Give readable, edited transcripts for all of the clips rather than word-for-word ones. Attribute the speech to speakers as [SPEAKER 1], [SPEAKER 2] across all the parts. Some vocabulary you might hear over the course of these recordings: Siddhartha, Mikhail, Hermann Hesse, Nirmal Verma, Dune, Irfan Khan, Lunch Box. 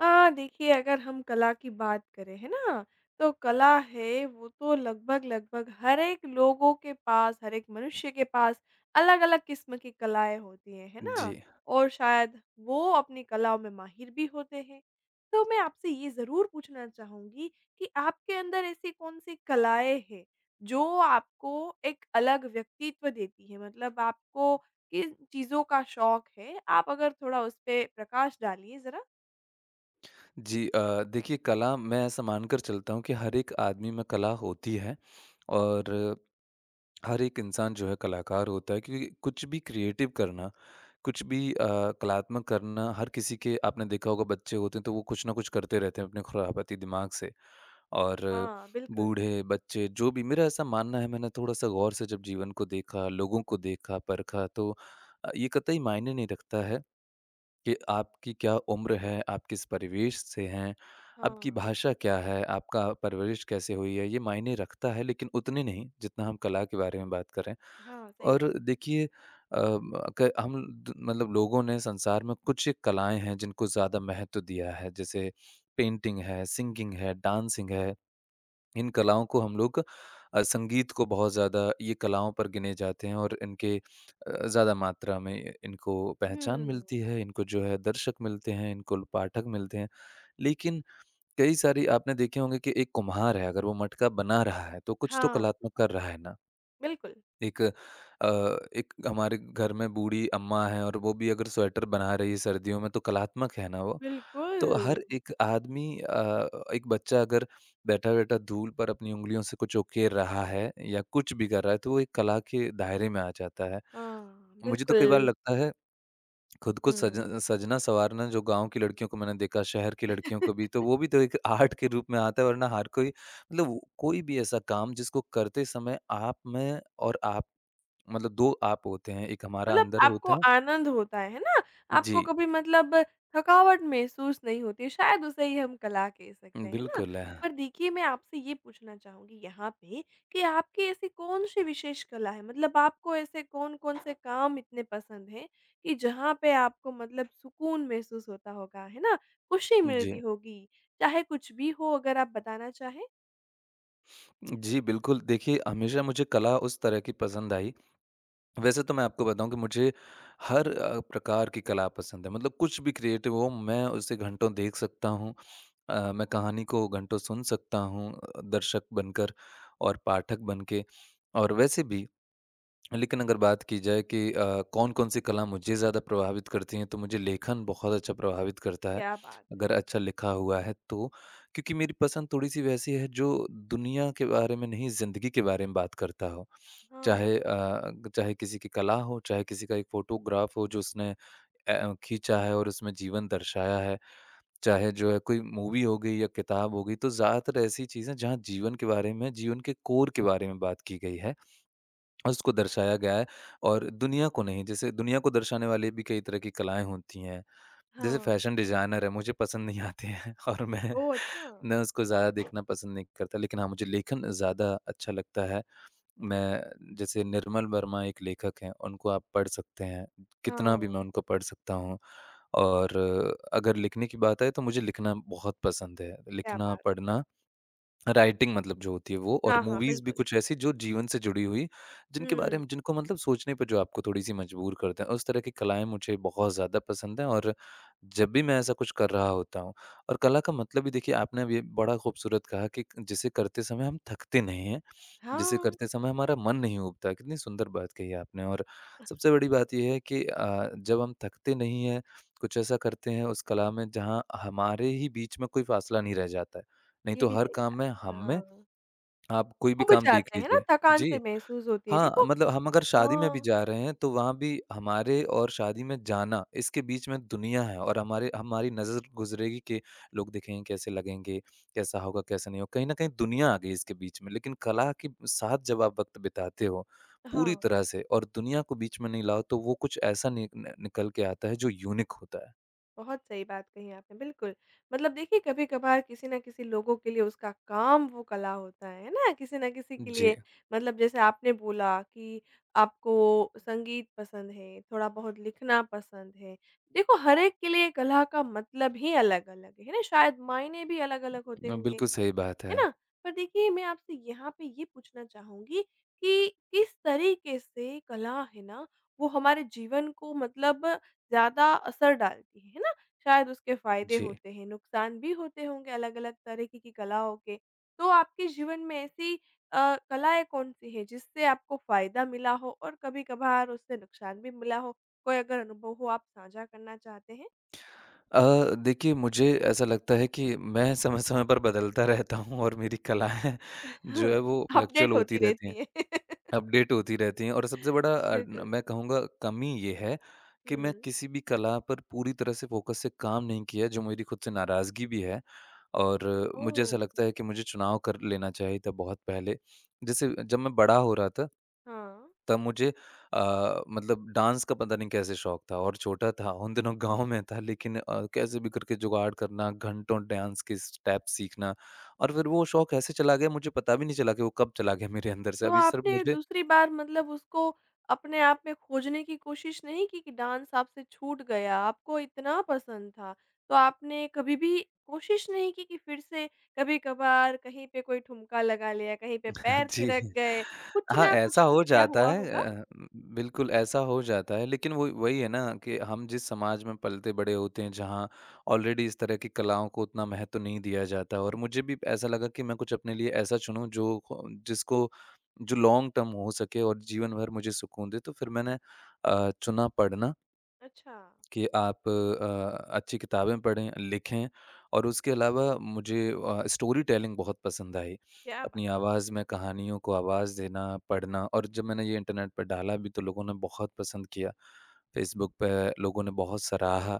[SPEAKER 1] हाँ, देखिए अगर हम कला की बात करें, है ना? तो कला है वो तो लगभग-लगभग हर एक लोगों के पास, हर एक मनुष्य के पास अलग-अलग किस्म की कलाएँ होती हैं, है ना?
[SPEAKER 2] जी।
[SPEAKER 1] और शायद वो अपनी कलाओं में माहिर भी होते हैं। तो मैं आपसे ये ज़रूर पूछना चाहूँगी कि आपके अंदर ऐसी कौन-सी कलाएँ हैं, जो आपको एक अलग व्यक्तित्व देती हैं? मतलब आपको किन चीज़ों का शौक है? आप अगर थोड़ा उस पे प्रकाश डालिए ज़रा।
[SPEAKER 2] जी देखिए कला मैं ऐसा मानकर चलता हूँ कि हर एक आदमी में कला होती है और हर एक इंसान जो है कलाकार होता है क्योंकि कुछ भी क्रिएटिव करना, कुछ भी कलात्मक करना हर किसी के आपने देखा होगा बच्चे होते हैं तो वो कुछ ना कुछ करते रहते हैं अपने खुराफाती दिमाग से। और
[SPEAKER 1] हाँ, बिल्कुल।
[SPEAKER 2] बूढ़े, बच्चे जो भी मेरा ऐसा मानना है मैंने थोड़ा-सा गौर से जब जीवन को देखा, लोगों को देखा, परखा तो ये कतई मायने नहीं रखता है कि आपकी क्या उम्र है, आप किस परिवेश से हैं, आपकी
[SPEAKER 1] हाँ,
[SPEAKER 2] भाषा क्या है, आपका परवरिश कैसे हुई है, ये मायने रखता है लेकिन उतने नहीं जितना हम कला के बारे में बात करें।
[SPEAKER 1] हाँ, सही
[SPEAKER 2] और
[SPEAKER 1] बात है।
[SPEAKER 2] देखिए अ, क हम द मतलब लोगों ने संसार में कुछ एक कलाएँ हैं जिनको ज़्यादा महत्व दिया है जैसे पेंटिंग है, सिंगिंग है, डांसिंग है। इन कलाओं को हम लोग संगीत को बहुत ज़्यादा ये कलाओं पर गिने जाते हैं और इनके ज़्यादा मात्रा में इनको पहचान
[SPEAKER 1] हुँ,
[SPEAKER 2] मिलती है, इनको जो है दर्शक मिलते हैं, इनको पाठक मिलते हैं। लेकिन कई सारी आपने देखे होंगे कि एक कुम्हार है, अगर वो मटका बना रहा है, तो कुछ तो
[SPEAKER 1] हाँ,
[SPEAKER 2] कलात्मक कर रहा है ना।
[SPEAKER 1] बिल्कुल,
[SPEAKER 2] एक अ, एक हमारे घर में बूढ़ी अम्मा हैं और वो भी अगर स्वेटर बना रही है सर्दियों में तो कलात्मक है ना वो।
[SPEAKER 1] बिल्कुल।
[SPEAKER 2] तो हर एक आदमी एक बच्चा अगर बैठा-बैठा धूल पर अपनी उँगलियों से कुछ उकेर रहा है या कुछ भी कर रहा है तो वो एक कला के दायरे में आ जाता है।
[SPEAKER 1] हाँ,
[SPEAKER 2] मुझे तो कई बार
[SPEAKER 1] बिल्कुल।
[SPEAKER 2] लगता है खुद को सज
[SPEAKER 1] हुँ।
[SPEAKER 2] सजना-सँवारना जो गाँव की लड़कियों को मैंने देखा, शहर की लड़कियों को भी तो वो भी तो एक आर्ट के रूप में आता है वरना हर कोई मतलब कोई भी ऐसा काम जिसको करते समय आप में और आप मतलब 2 आप होते हैं, एक हमारा
[SPEAKER 1] मतलब
[SPEAKER 2] अंदर
[SPEAKER 1] आपको
[SPEAKER 2] होता है।
[SPEAKER 1] आनंद होता है ना? आपको
[SPEAKER 2] जी,
[SPEAKER 1] कभी मतलब थकावट महसूस नहीं होती, शायद उसे ही हम कला कह सकते हैं, है ना?
[SPEAKER 2] बिल्कुल है।
[SPEAKER 1] पर देखिए मैं आपसे ये पूछना चाहूँगी यहाँ पे कि आपकी ऐसी कौन-सी विशेष कला है? मतलब आपको ऐसे कौन-कौन से काम इतने पसंद हैं कि जहाँ पे आपको मतलब सुकून महसूस होता होगा, है ना? खुशी मिलती
[SPEAKER 2] जी।
[SPEAKER 1] होगी, चाहे कुछ भी हो अगर आप बताना चाहें?
[SPEAKER 2] जी, बिल्कुल, देखिए हमेशा मुझे कला उस तरह की पसंद आई। वैसे तो मैं आपको बताऊँ कि मुझे हर प्रकार की कला पसंद है, मतलब कुछ भी क्रिएटिव हो, मैं उसे घंटों देख सकता हूँ। मैं कहानी को घंटों सुन सकता हूँ दर्शक बनकर और पाठक बन के और वैसे भी लेकिन अगर बात की जाए कि कौन-कौन सी कला मुझे ज़्यादा प्रभावित करती हैं, तो मुझे लेखन बहुत अच्छा प्रभावित करता है,
[SPEAKER 1] क्या बात है!
[SPEAKER 2] अगर अच्छा लिखा हुआ है तो। क्योंकि मेरी पसंद थोड़ी-सी वैसी है जो दुनिया के बारे में नहीं, ज़िंदगी के बारे में बात करता हो।
[SPEAKER 1] हाँ,
[SPEAKER 2] चाहे किसी की कला हो, चाहे किसी का एक फ़ोटोग्राफ हो जो उसने खींचा है और उसमें जीवन दर्शाया है। चाहे जो है कोई मूवी हो गई या किताब हो गई, तो ज़्यादातर ऐसी चीज़ें जहाँ जीवन के बारे में, जीवन के कोर के बारे में बात की गई है। उसको दर्शाया गया है और दुनिया को नहीं जैसे दुनिया को दर्शाने वाली भी कई तरह की कलाएँ होती हैं। जैसे
[SPEAKER 1] हाँ।
[SPEAKER 2] फैशन डिज़ाइनर है मुझे पसंद नहीं आते हैं और मैं
[SPEAKER 1] ओह! अच्छा।
[SPEAKER 2] मैं उसको ज़्यादा देखना पसंद नहीं करता लेकिन हाँ, मुझे लेखन ज़्यादा अच्छा लगता है। मैं जैसे निर्मल वर्मा एक लेखक हैं, उनको आप पढ़ सकते हैं, कितना
[SPEAKER 1] हाँ,
[SPEAKER 2] भी मैं उनको पढ़ सकता हूँ और अगर लिखने की बात आए तो मुझे लिखना बहुत पसंद है।
[SPEAKER 1] क्या
[SPEAKER 2] लिखना,
[SPEAKER 1] बात!
[SPEAKER 2] पढ़ना राइटिंग मतलब जो होती है वो और
[SPEAKER 1] हाँ, हाँ,
[SPEAKER 2] मूवीज़ भी
[SPEAKER 1] बिल्कुल।
[SPEAKER 2] कुछ ऐसी जो जीवन से जुड़ी हुई, जिनके बारे
[SPEAKER 1] हुँ।
[SPEAKER 2] में जिनको मतलब सोचने पे जो आपको थोड़ी-सी मजबूर करते हैं, उस तरह की कलाएँ मुझे बहुत ज़्यादा पसंद हैं और जब भी मैं ऐसा कुछ कर रहा होता हूँ और कला का मतलब भी देखिए आपने अभी बड़ा खूबसूरत कहा कि जिसे करते समय हम थकते नहीं हैं। जिसे
[SPEAKER 1] हाँ,
[SPEAKER 2] करते समय हमारा मन नहीं ऊबता। कितनी सुंदर बात कही आपने और सबसे बड़ी बात ये है कि जब हम थकते नहीं हैं, कुछ ऐसा करते हैं उस कला में जहाँ हमारे ही बीच में कोई फ़ासला नहीं रह जाता है। नहीं
[SPEAKER 1] ये
[SPEAKER 2] तो
[SPEAKER 1] भी
[SPEAKER 2] हर
[SPEAKER 1] सही
[SPEAKER 2] काम
[SPEAKER 1] बात
[SPEAKER 2] में
[SPEAKER 1] है,
[SPEAKER 2] हम में
[SPEAKER 1] हाँ।
[SPEAKER 2] आप कोई भी
[SPEAKER 1] उब
[SPEAKER 2] काम देख
[SPEAKER 1] जाते हैं ना,
[SPEAKER 2] लीजिए।
[SPEAKER 1] थकान से
[SPEAKER 2] जी।
[SPEAKER 1] महसूस होती है,
[SPEAKER 2] हाँ,
[SPEAKER 1] देखो
[SPEAKER 2] मतलब हम अगर शादी में भी
[SPEAKER 1] हाँ,
[SPEAKER 2] जा रहे हैं, तो वहाँ भी हमारे और शादी में जाना, इसके बीच में दुनिया है और हमारे हमारी नज़र गुज़रेगी कि लोग दिखेंगे कैसे लगेंगे, कैसा होगा, कैसा नहीं होगा। कहीं न कहीं दुनिया आ गई इसके बीच में, लेकिन कला के साथ जब आप वक़्त बिताते हो,
[SPEAKER 1] हाँ,
[SPEAKER 2] पूरी तरह से और दुनिया को बीच में नहीं लाओ, तो वो कुछ ऐसा नि न निकल के आता है, जो यूनिक होता है।
[SPEAKER 1] बहुत सही बात कही आपने, बिल्कुल। मतलब देखिए, कभी-कभार किसी न किसी लोगों के लिए उसका काम वो कला होता है ना? किसी न किसी के
[SPEAKER 2] जी,
[SPEAKER 1] लिए मतलब जैसे आपने बोला कि आपको संगीत पसंद है, थोड़ा-बहुत लिखना पसंद है। देखो, हर एक के लिए कला का मतलब ही अलग-अलग है ना? शायद मायने भी अलग-अलग होते होंगे।
[SPEAKER 2] बिल्कुल सही बात
[SPEAKER 1] है
[SPEAKER 2] है।
[SPEAKER 1] ना? पर देखिए मैं आपसे यहाँ पे ये पूछना चाहूँगी कि किस तरीके से कला है ना, वो हमारे जीवन को मतलब ज़्यादा असर डालती है ना? शायद उसके फ़ायदे
[SPEAKER 2] जी।
[SPEAKER 1] होते हैं, नुकसान भी होते होंगे अलग-अलग तरीके की कलाओं के। तो आपके जीवन में ऐसी कलाएँ कौन-सी हैं जिससे आपको फ़ायदा मिला हो और कभी-कभार उससे नुकसान भी मिला हो? कोई अगर अनुभव हो आप साझा करना चाहते हैं?
[SPEAKER 2] देखिए मुझे ऐसा लगता है कि मैं समय-समय पर बदलता रहता हूँ और मेरी कलाएँ जो है वो फ्लक्चुअल
[SPEAKER 1] अपडेट
[SPEAKER 2] होती
[SPEAKER 1] होती
[SPEAKER 2] रहती हैं,
[SPEAKER 1] रहती है।
[SPEAKER 2] अपडेट होती रहती हैं और सबसे बड़ा अ, न
[SPEAKER 1] बिल्कुल।
[SPEAKER 2] मैं कहूँगा कमी ये है कि मैं
[SPEAKER 1] हुँ।
[SPEAKER 2] किसी भी कला पर पूरी तरह से फ़ोकस से काम नहीं किया जो मेरी खुद से नाराज़गी भी है और मुझे ऐसा
[SPEAKER 1] ओह!
[SPEAKER 2] लगता है कि मुझे चुनाव कर लेना चाहिए था बहुत पहले। जैसे जब मैं बड़ा हो रहा था
[SPEAKER 1] हाँ,
[SPEAKER 2] तब मुझे मतलब डांस का पता नहीं कैसे शौक था और छोटा था उन दिनों गाँव में था लेकिन कैसे भी करके जुगाड़ करना, घंटों डांस के स्टेप सीखना और फिर वो शौक ऐसे चला गया मुझे पता भी नहीं चला कि वो कब चला गया मेरे अंदर से।
[SPEAKER 1] तो
[SPEAKER 2] अभी सिर्फ
[SPEAKER 1] आपने
[SPEAKER 2] मुझे
[SPEAKER 1] दूसरी बार मतलब उसको अपने आप में खोजने की कोशिश नहीं की कि डांस आपसे छूट गया, आपको इतना पसंद था, तो आपने कभी भी कोशिश नहीं की कि फिर से कभी-कभार कहीं पे कोई ठुमका लगा लिया, कहीं पे पैर
[SPEAKER 2] जी।
[SPEAKER 1] थिरक गए, कुछ
[SPEAKER 2] हाँ,
[SPEAKER 1] ना कुछ
[SPEAKER 2] ऐसा
[SPEAKER 1] तो
[SPEAKER 2] हो
[SPEAKER 1] किया
[SPEAKER 2] जाता
[SPEAKER 1] हुआ
[SPEAKER 2] है
[SPEAKER 1] होगा?
[SPEAKER 2] अ, बिल्कुल ऐसा हो जाता है, लेकिन वो वही है ना कि हम जिस समाज में पलते बड़े होते हैं, जहाँ ऑलरेडी इस तरह की कलाओं को उतना महत्व नहीं दिया जाता और मुझे भी ऐसा लगा कि मैं कुछ अपने लिए ऐसा चुनूँ जो ख जिसको जो लॉन्ग टर्म हो सके और जीवन भर मुझे सुकून दे, तो फिर मैंने चुना पढ़ना।
[SPEAKER 1] अच्छा,
[SPEAKER 2] कि आप अच्छी किताबें पढ़ें, लिखें और उसके अलावा मुझे स्टोरी टेलिंग बहुत पसंद आई।
[SPEAKER 1] क्या
[SPEAKER 2] अपनी
[SPEAKER 1] बात
[SPEAKER 2] आवाज़ में कहानियों को आवाज़ देना, पढ़ना और जब मैंने ये इंटरनेट पर डाला भी तो लोगों ने बहुत पसंद किया। फ़ेसबुक पे लोगों ने बहुत सराहा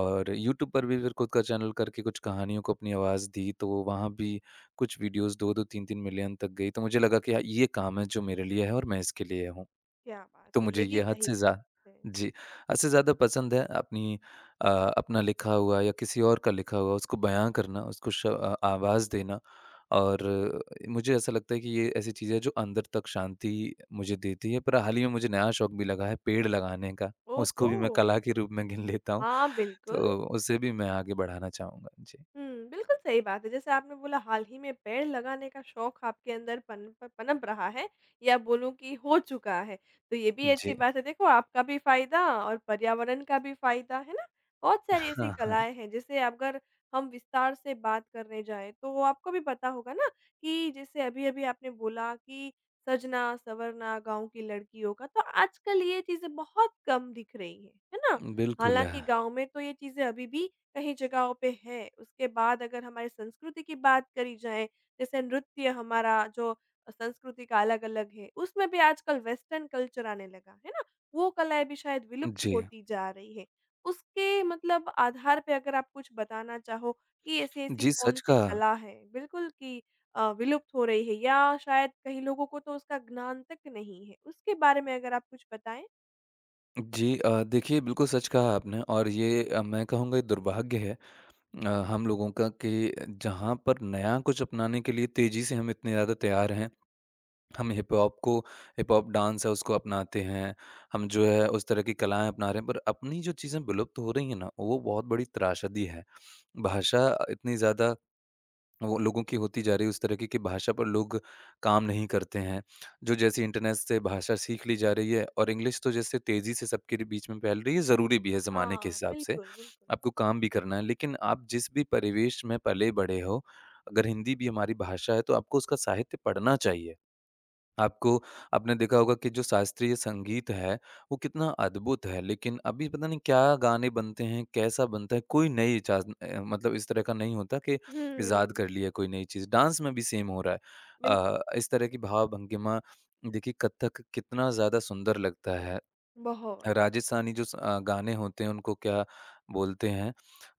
[SPEAKER 2] और यूट्यूब पर भी फिर खुद का चैनल करके कुछ कहानियों को अपनी आवाज़ दी, तो वहाँ भी कुछ वीडियोज़ 2-2, 3-3 मिलियन तक गई। तो मुझे लगा कि हाँ, ये काम है जो मेरे लिए है और मैं इसके लिए हूँ।
[SPEAKER 1] क्या बात
[SPEAKER 2] तो
[SPEAKER 1] है! ये
[SPEAKER 2] मुझे
[SPEAKER 1] भी
[SPEAKER 2] ये हद
[SPEAKER 1] सही
[SPEAKER 2] से
[SPEAKER 1] बात
[SPEAKER 2] ज़्या
[SPEAKER 1] है।
[SPEAKER 2] जी, हद से ज़्यादा पसंद है अ, अपना लिखा हुआ या किसी और का लिखा हुआ उसको बयाँ करना, उसको आवाज़ देना और मुझे ऐसा लगता है कि ये ऐसी चीज़ है जो अंदर तक शांति मुझे देती है। पर हाल ही में मुझे नया शौक भी लगा है पेड़ लगाने का, उसको
[SPEAKER 1] ओहो!
[SPEAKER 2] भी मैं कला के रूप में गिन लेता हूँ,
[SPEAKER 1] हाँ, बिल्कुल।
[SPEAKER 2] तो उसे भी मैं आगे बढ़ाना चाहूँगा। जी।
[SPEAKER 1] हुँ, बिल्कुल सही बात है। जैसे आपने बोला हाल ही में पेड़ लगाने का शौक आपके अंदर पन प पनप रहा है या बोलूँ कि हो चुका है। तो ये भी अच्छी
[SPEAKER 2] जी।
[SPEAKER 1] बात है देखो आपका भी फ़ायदा और पर्यावरण का भी फ़ायदा, है ना? बहुत सारी ऐसी
[SPEAKER 2] हाँ, हाँ।
[SPEAKER 1] कलाएँ हैं जैसे अगर हम विस्तार से बात करने जाएँ तो आपको भी पता होगा ना कि जैसे अभी-अभी आपने बोला कि सजना, संवरना गाँव की लड़कियों का, तो आजकल ये चीज़ें बहुत कम दिख रही हैं, है ना?
[SPEAKER 2] बिल्कुल है।
[SPEAKER 1] हालाँकि गाँव में तो ये चीज़ें अभी भी कई जगहों पे है। उसके बाद अगर हमारी संस्कृति की बात करी जाए, जैसे नृत्य हमारा जो संस्कृति का अलग-अलग है, उसमें भी आजकल वेस्टर्न कल्चर आने लगा, है ना? वो कलाएँ भी शायद विलुप्त
[SPEAKER 2] जी।
[SPEAKER 1] होती जा रही है। उसके मतलब आधार पे अगर आप कुछ बताना चाहो कि ऐसी-ऐसी
[SPEAKER 2] जी, सच
[SPEAKER 1] कौन-सी
[SPEAKER 2] कहा।
[SPEAKER 1] कला है बिल्कुल कि विलुप्त हो रही है या शायद कई लोगों को तो उसका ज्ञान तक नहीं है, उसके बारे में अगर आप कुछ बताएँ?
[SPEAKER 2] जी देखिए बिल्कुल सच कहा आपने और ये मैं कहूँगा ये दुर्भाग्य है हम लोगों का कि जहाँ पर नया कुछ अपनाने के लिए तेज़ी से हम इतने ज़्यादा तैयार हैं। हम हिप हॉप डांस है उसको अपनाते हैं। हम जो है उस तरह की कलाएँ अपना रहे हैं पर अपनी जो चीज़ें विलुप्त हो रही हैं ना, वो बहुत बड़ी त्रासदी है। भाषा इतनी ज़्यादा वो लोगों की होती जा रही है उस तरीके की कि भाषा पर लोग काम नहीं करते हैं। जो जैसे इंटरनेट से भाषा सीख ली जा रही है और इंग्लिश तो जैसे तेज़ी से सबके र बीच में फैल रही है, ज़रूरी भी है ज़माने के
[SPEAKER 1] हाँ,
[SPEAKER 2] हिसाब से।
[SPEAKER 1] बिल्कुल, बिल्कुल।
[SPEAKER 2] आपको काम भी करना है, लेकिन आप जिस भी परिवेश में पले-बढ़े हो, अगर हिंदी भी हमारी भाषा है तो आपको उसका साहित्य पढ़ना चाहिए। आपको आपने देखा होगा कि जो शास्त्रीय संगीत है, वो कितना अद्भुत है, लेकिन अभी पता नहीं क्या गाने बनते हैं, कैसा बनता है, कोई नई मतलब इस तरह का नहीं होता कि इजाद
[SPEAKER 1] हुँ,
[SPEAKER 2] कर लिया कोई नई चीज़। डांस में भी सेम हो रहा है।
[SPEAKER 1] बिल्कुल,
[SPEAKER 2] इस तरह की भाव भंगिमा देखिए कथक कितना ज़्यादा सुंदर लगता है।
[SPEAKER 1] बहुत।
[SPEAKER 2] राजस्थानी जो गाने होते हैं उनको क्या बोलते हैं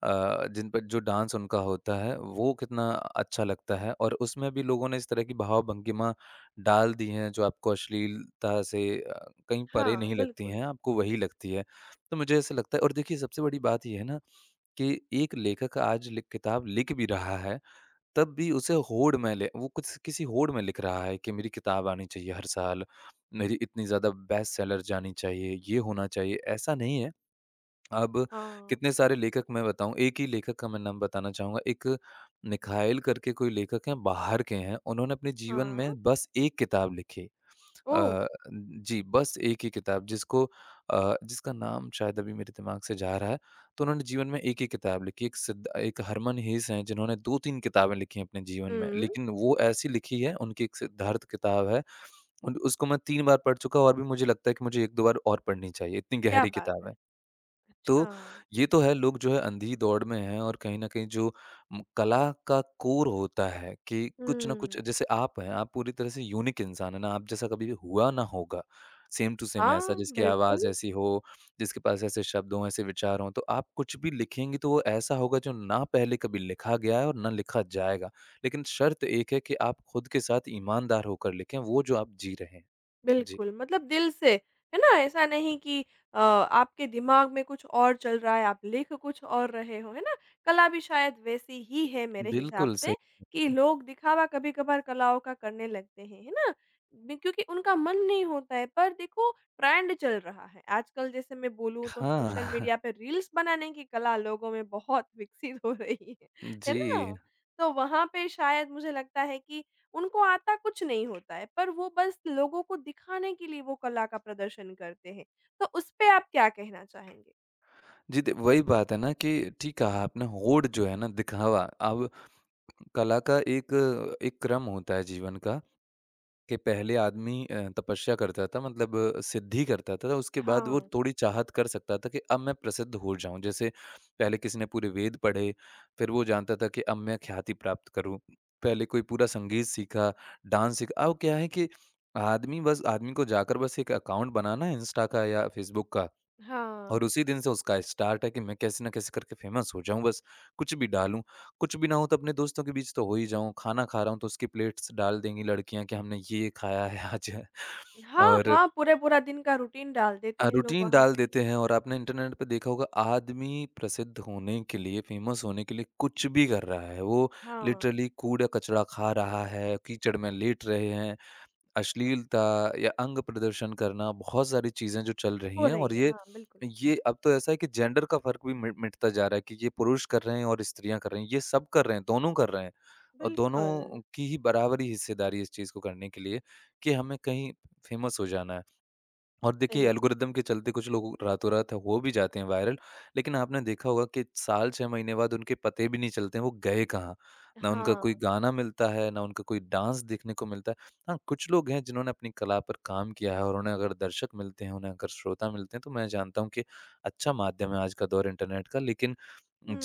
[SPEAKER 2] जिन पर जो डांस उनका होता है वो कितना अच्छा लगता है और उसमें भी लोगों ने इस तरह की भाव-भंगिमा डाल दी हैं जो आपको अश्लीलता से कहीं परे
[SPEAKER 1] हाँ,
[SPEAKER 2] नहीं लगती
[SPEAKER 1] बिल्कुल।
[SPEAKER 2] हैं, आपको वही लगती है। तो मुझे ऐसा लगता है और देखिए सबसे बड़ी बात ये है ना कि एक लेखक आज लिख किताब लिख भी रहा है तब भी उसे होड़ में ले वो कुछ किसी होड़ में लिख रहा है कि मेरी किताब आनी चाहिए हर साल, मेरी इतनी ज़्यादा बेस्ट सेलर जानी चाहिए, ये होना चाहिए, ऐसा नहीं है। अब
[SPEAKER 1] हाँ,
[SPEAKER 2] कितने सारे लेखक मैं बताऊँ, एक ही लेखक का मैं नाम बताना चाहूँगा, एक मिखाइल करके कोई लेखक हैं, बाहर के हैं, उन्होंने अपने जीवन
[SPEAKER 1] हाँ।
[SPEAKER 2] में बस 1 किताब लिखी।
[SPEAKER 1] ओह!
[SPEAKER 2] अ, जी, बस 1 ही किताब जिसको जिसका नाम शायद अभी मेरे दिमाग से जा रहा है, तो उन्होंने जीवन में 1 ही किताब लिखी। एक हरमन हीस हैं, जिन्होंने 2-3 किताबें लिखी हैं अपने जीवन में,
[SPEAKER 1] हुँ,
[SPEAKER 2] लेकिन वो ऐसी लिखी है, उनकी एक सिद्धार्थ किताब है, उन उसको मैं 3 बार पढ़ चुका हूँ और भी मुझे लगता है कि मुझे 1-2 बार और पढ़नी चाहिए, इतनी
[SPEAKER 1] क्या
[SPEAKER 2] गहरी
[SPEAKER 1] बात है!
[SPEAKER 2] किताब है। तो
[SPEAKER 1] अच्छा।
[SPEAKER 2] ये तो है लोग जो है अंधी दौड़ में हैं और कहीं न कहीं जो म कला का कोर होता है कि कुछ ना कुछ
[SPEAKER 1] हुँ।
[SPEAKER 2] जैसे आप हैं, आप पूरी तरह से यूनिक इंसान हैं ना, आप जैसा कभी भी हुआ ना होगा। सेम टू सेम ऐसा
[SPEAKER 1] हाँ,
[SPEAKER 2] जिसकी
[SPEAKER 1] बिल्कुल।
[SPEAKER 2] आवाज़ ऐसी हो, जिसके पास ऐसे शब्द हों, ऐसे विचार हों, तो आप कुछ भी लिखेंगी तो वो ऐसा होगा जो ना पहले कभी लिखा गया है और ना लिखा जाएगा। लेकिन शर्त एक है कि आप खुद के साथ ईमानदार होकर लिखें, वो जो आप जी रहे हैं। जी।
[SPEAKER 1] बिल्कुल, मतलब दिल से, है ना? ऐसा नहीं कि आपके दिमाग में कुछ और चल रहा है, आप लिख कुछ और रहे हो, है ना? कला भी शायद वैसी ही है मेरे हिसाब
[SPEAKER 2] बिल्कुल
[SPEAKER 1] से
[SPEAKER 2] सही।
[SPEAKER 1] कि लोग दिखावा कभी-कभार कलाओं का करने लगते हैं, है ना? बि क्योंकि उनका मन नहीं होता है, पर देखो ट्रेंड चल रहा है। आजकल जैसे मैं बोलूँ तो सोशल
[SPEAKER 2] हाँ।
[SPEAKER 1] मीडिया पे रील्स बनाने की कला लोगों में बहुत विकसित हो रही है
[SPEAKER 2] जी।
[SPEAKER 1] ना? तो वहाँ पे शायद मुझे लगता है कि उनको आता कुछ नहीं होता है, पर वो बस लोगों को दिखाने के लिए वो कला का प्रदर्शन करते हैं। तो उसपे आप क्या कहना चाहेंगे?
[SPEAKER 2] जी, दे वही बात है ना कि ठीक कहा आपने होड़ जो है ना दिखावा अब कला का एक एक क्रम होता है जीवन का कि पहले आदमी तपस्या करता था मतलब सिद्धि करता था उसके बाद वो
[SPEAKER 1] हाँ,
[SPEAKER 2] थोड़ी चाहत कर सकता था कि अब मैं प्रसिद्ध हो जाऊं जैसे पहले किसी ने पूरे वेद पढ़े फिर वो जानता था कि अब मैं ख्याति प्राप्त करूं पहले कोई पूरा संगीत सीखा डांस सीखा अब क्या है कि आदमी को जाकर बस एक अकाउंट बनाना है इंस्टा का या फेसबुक का
[SPEAKER 1] हाँ।
[SPEAKER 2] और उसी दिन से उसका स्टार्ट है कि मैं कैसे ना कैसे करके फेमस हो जाऊँ बस, कुछ भी डालूँ। कुछ भी ना हो तो अपने दोस्तों के बीच तो हो ही जाऊँ, खाना खा रहा हूँ तो उसकी प्लेट्स डाल देंगी लड़कियाँ कि हमने ये खाया है आज।
[SPEAKER 1] हाँ,
[SPEAKER 2] और
[SPEAKER 1] हाँ, पूरा-पूरा दिन का रूटीन डाल देते हैं लोग
[SPEAKER 2] रूटीन
[SPEAKER 1] वहाँ
[SPEAKER 2] डाल
[SPEAKER 1] पे।
[SPEAKER 2] देते हैं और आपने इंटरनेट पे देखा होगा आदमी प्रसिद्ध होने के लिए, फेमस होने के लिए कुछ भी कर रहा है। वो
[SPEAKER 1] हाँ,
[SPEAKER 2] लिटरली कूड़ा-कचरा खा रहा है, कीचड़ में लेट रहे हैं। अश्लीलता या अंग प्रदर्शन करना, बहुत सारी चीज़ें जो चल रही
[SPEAKER 1] हो
[SPEAKER 2] हैं
[SPEAKER 1] रही
[SPEAKER 2] और
[SPEAKER 1] है।
[SPEAKER 2] ये
[SPEAKER 1] हाँ, बिल्कुल।
[SPEAKER 2] ये अब तो ऐसा है कि जेंडर का फ़र्क भी मि मिटता जा रहा है कि ये पुरुष कर रहे हैं और स्त्रियाँ कर रही हैं, ये सब कर रहे हैं, दोनों कर रहे हैं। और
[SPEAKER 1] बिल्कुल,
[SPEAKER 2] दोनों की ही बराबरी हिस्सेदारी है इस चीज़ को करने के लिए कि हमें कहीं फेमस हो जाना है। और देखिए
[SPEAKER 1] सही।
[SPEAKER 2] एल्गोरिदम के चलते कुछ लोग रातों-रात हो भी जाते हैं वायरल, लेकिन आपने देखा होगा कि साल 6 महीने बाद उनके पते भी नहीं चलते हैं, वो गए कहाँ? ना उनका
[SPEAKER 1] हाँ,
[SPEAKER 2] कोई गाना मिलता है, ना उनका कोई डांस देखने को मिलता है। हाँ, कुछ लोग हैं जिन्होंने अपनी कला पर काम किया है और उन्हें अगर दर्शक मिलते हैं, उन्हें अगर श्रोता मिलते हैं, तो मैं जानता हूँ कि अच्छा माध्यम है आज का दौर इंटरनेट का। लेकिन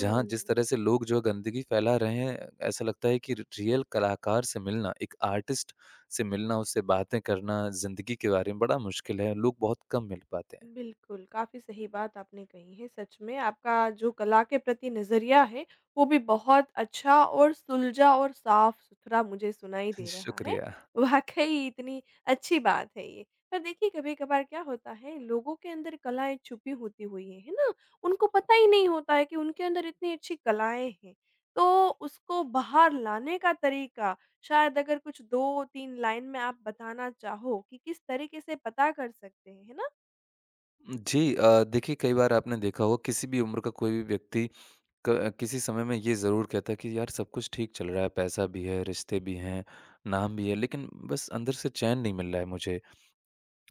[SPEAKER 2] जहाँ जिस तरह से लोग जो है गंदगी फैला रहे हैं, ऐसा लगता है कि र रियल कलाकार से मिलना, एक आर्टिस्ट से मिलना, उससे बातें करना, ज़िंदगी के बारे में बड़ा मुश्किल है, लोग बहुत कम मिल पाते हैं।
[SPEAKER 1] बिल्कुल, काफ़ी सही बात आपने कही है सच में, आपका जो कला के प्रति नज़रिया है, वो भी बहुत अच्छा और सुलझा और साफ-सुथरा मुझे सुनाई दे रहा है।
[SPEAKER 2] शुक्रिया।
[SPEAKER 1] वाक़ई इतनी अच्छी बात है ये। पर देखिए कभी-कभार क्या होता है, लोगों के अंदर कलाएँ छुपी होती हुई हैं, है ना? उनको पता ही नहीं होता है कि उनके अंदर इतनी अच्छी कलाएँ हैं। तो उसको बाहर लाने का तरीका शायद अगर कुछ 2-3 लाइन में आप बताना चाहो कि किस तरीके से पता कर सकते हैं, है ना?
[SPEAKER 2] जी देखिए कई बार आपने देखा होगा किसी भी उम्र का कोई भी व्यक्ति क किसी समय में ये ज़रूर कहता है कि यार सब कुछ ठीक चल रहा है, पैसा भी है, रिश्ते भी हैं, नाम भी है, लेकिन बस अंदर से चैन नहीं मिल रहा है मुझे।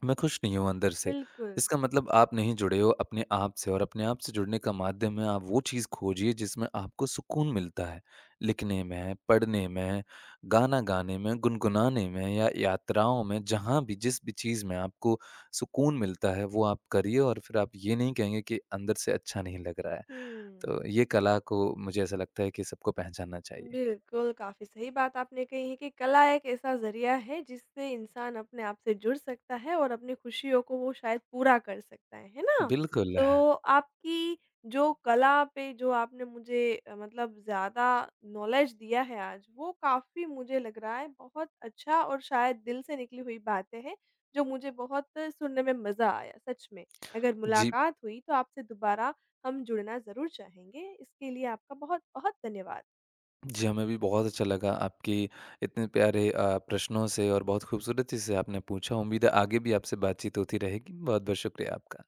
[SPEAKER 2] मैं खुश नहीं हूँ अंदर से।
[SPEAKER 1] बिल्कुल।
[SPEAKER 2] इसका मतलब आप नहीं जुड़े हो अपने आप से और अपने आप से जुड़ने का माध्यम है आप वो चीज़ खोजिए जिसमें आपको सुकून मिलता है। लिखने में, पढ़ने में, गाना गाने में, गुनगुनाने में या यात्राओं में जहाँ भी जिस भी चीज़ में आपको सुकून मिलता है वो आप करिए और फिर आप ये नहीं कहेंगे कि अंदर से अच्छा नहीं लग रहा है।
[SPEAKER 1] हुँ।
[SPEAKER 2] तो ये कला को मुझे ऐसा लगता है कि सबको पहचानना चाहिए।
[SPEAKER 1] बिल्कुल, काफ़ी सही बात आपने कही है कि कला एक ऐसा ज़रिया है जिससे इंसान अपने आप से जुड़ सकता है और अपनी खुशियों को वो शायद पूरा कर सकता है ना?
[SPEAKER 2] बिल्कुल।
[SPEAKER 1] तो आपकी जो कला पे जो आपने मुझे मतलब ज़्यादा नॉलेज दिया है आज, वो काफ़ी मुझे लग रहा है बहुत अच्छा और शायद दिल से निकली हुई बातें हैं, जो मुझे बहुत सुनने में मज़ा आया, सच में। अगर
[SPEAKER 2] जी।
[SPEAKER 1] मुलाकात हुई तो आपसे दोबारा हम जुड़ना ज़रूर चाहेंगे। इसके लिए आपका बहुत-बहुत धन्यवाद।
[SPEAKER 2] जी, हमें भी बहुत अच्छा लगा आपकी इतने प्यारे प्रश्नों से और बहुत खूबसूरती से आपने पूछा। उम्मीद है आगे भी आपसे बातचीत होती रहेगी। बहुत-बहुत शुक्रिया आपका।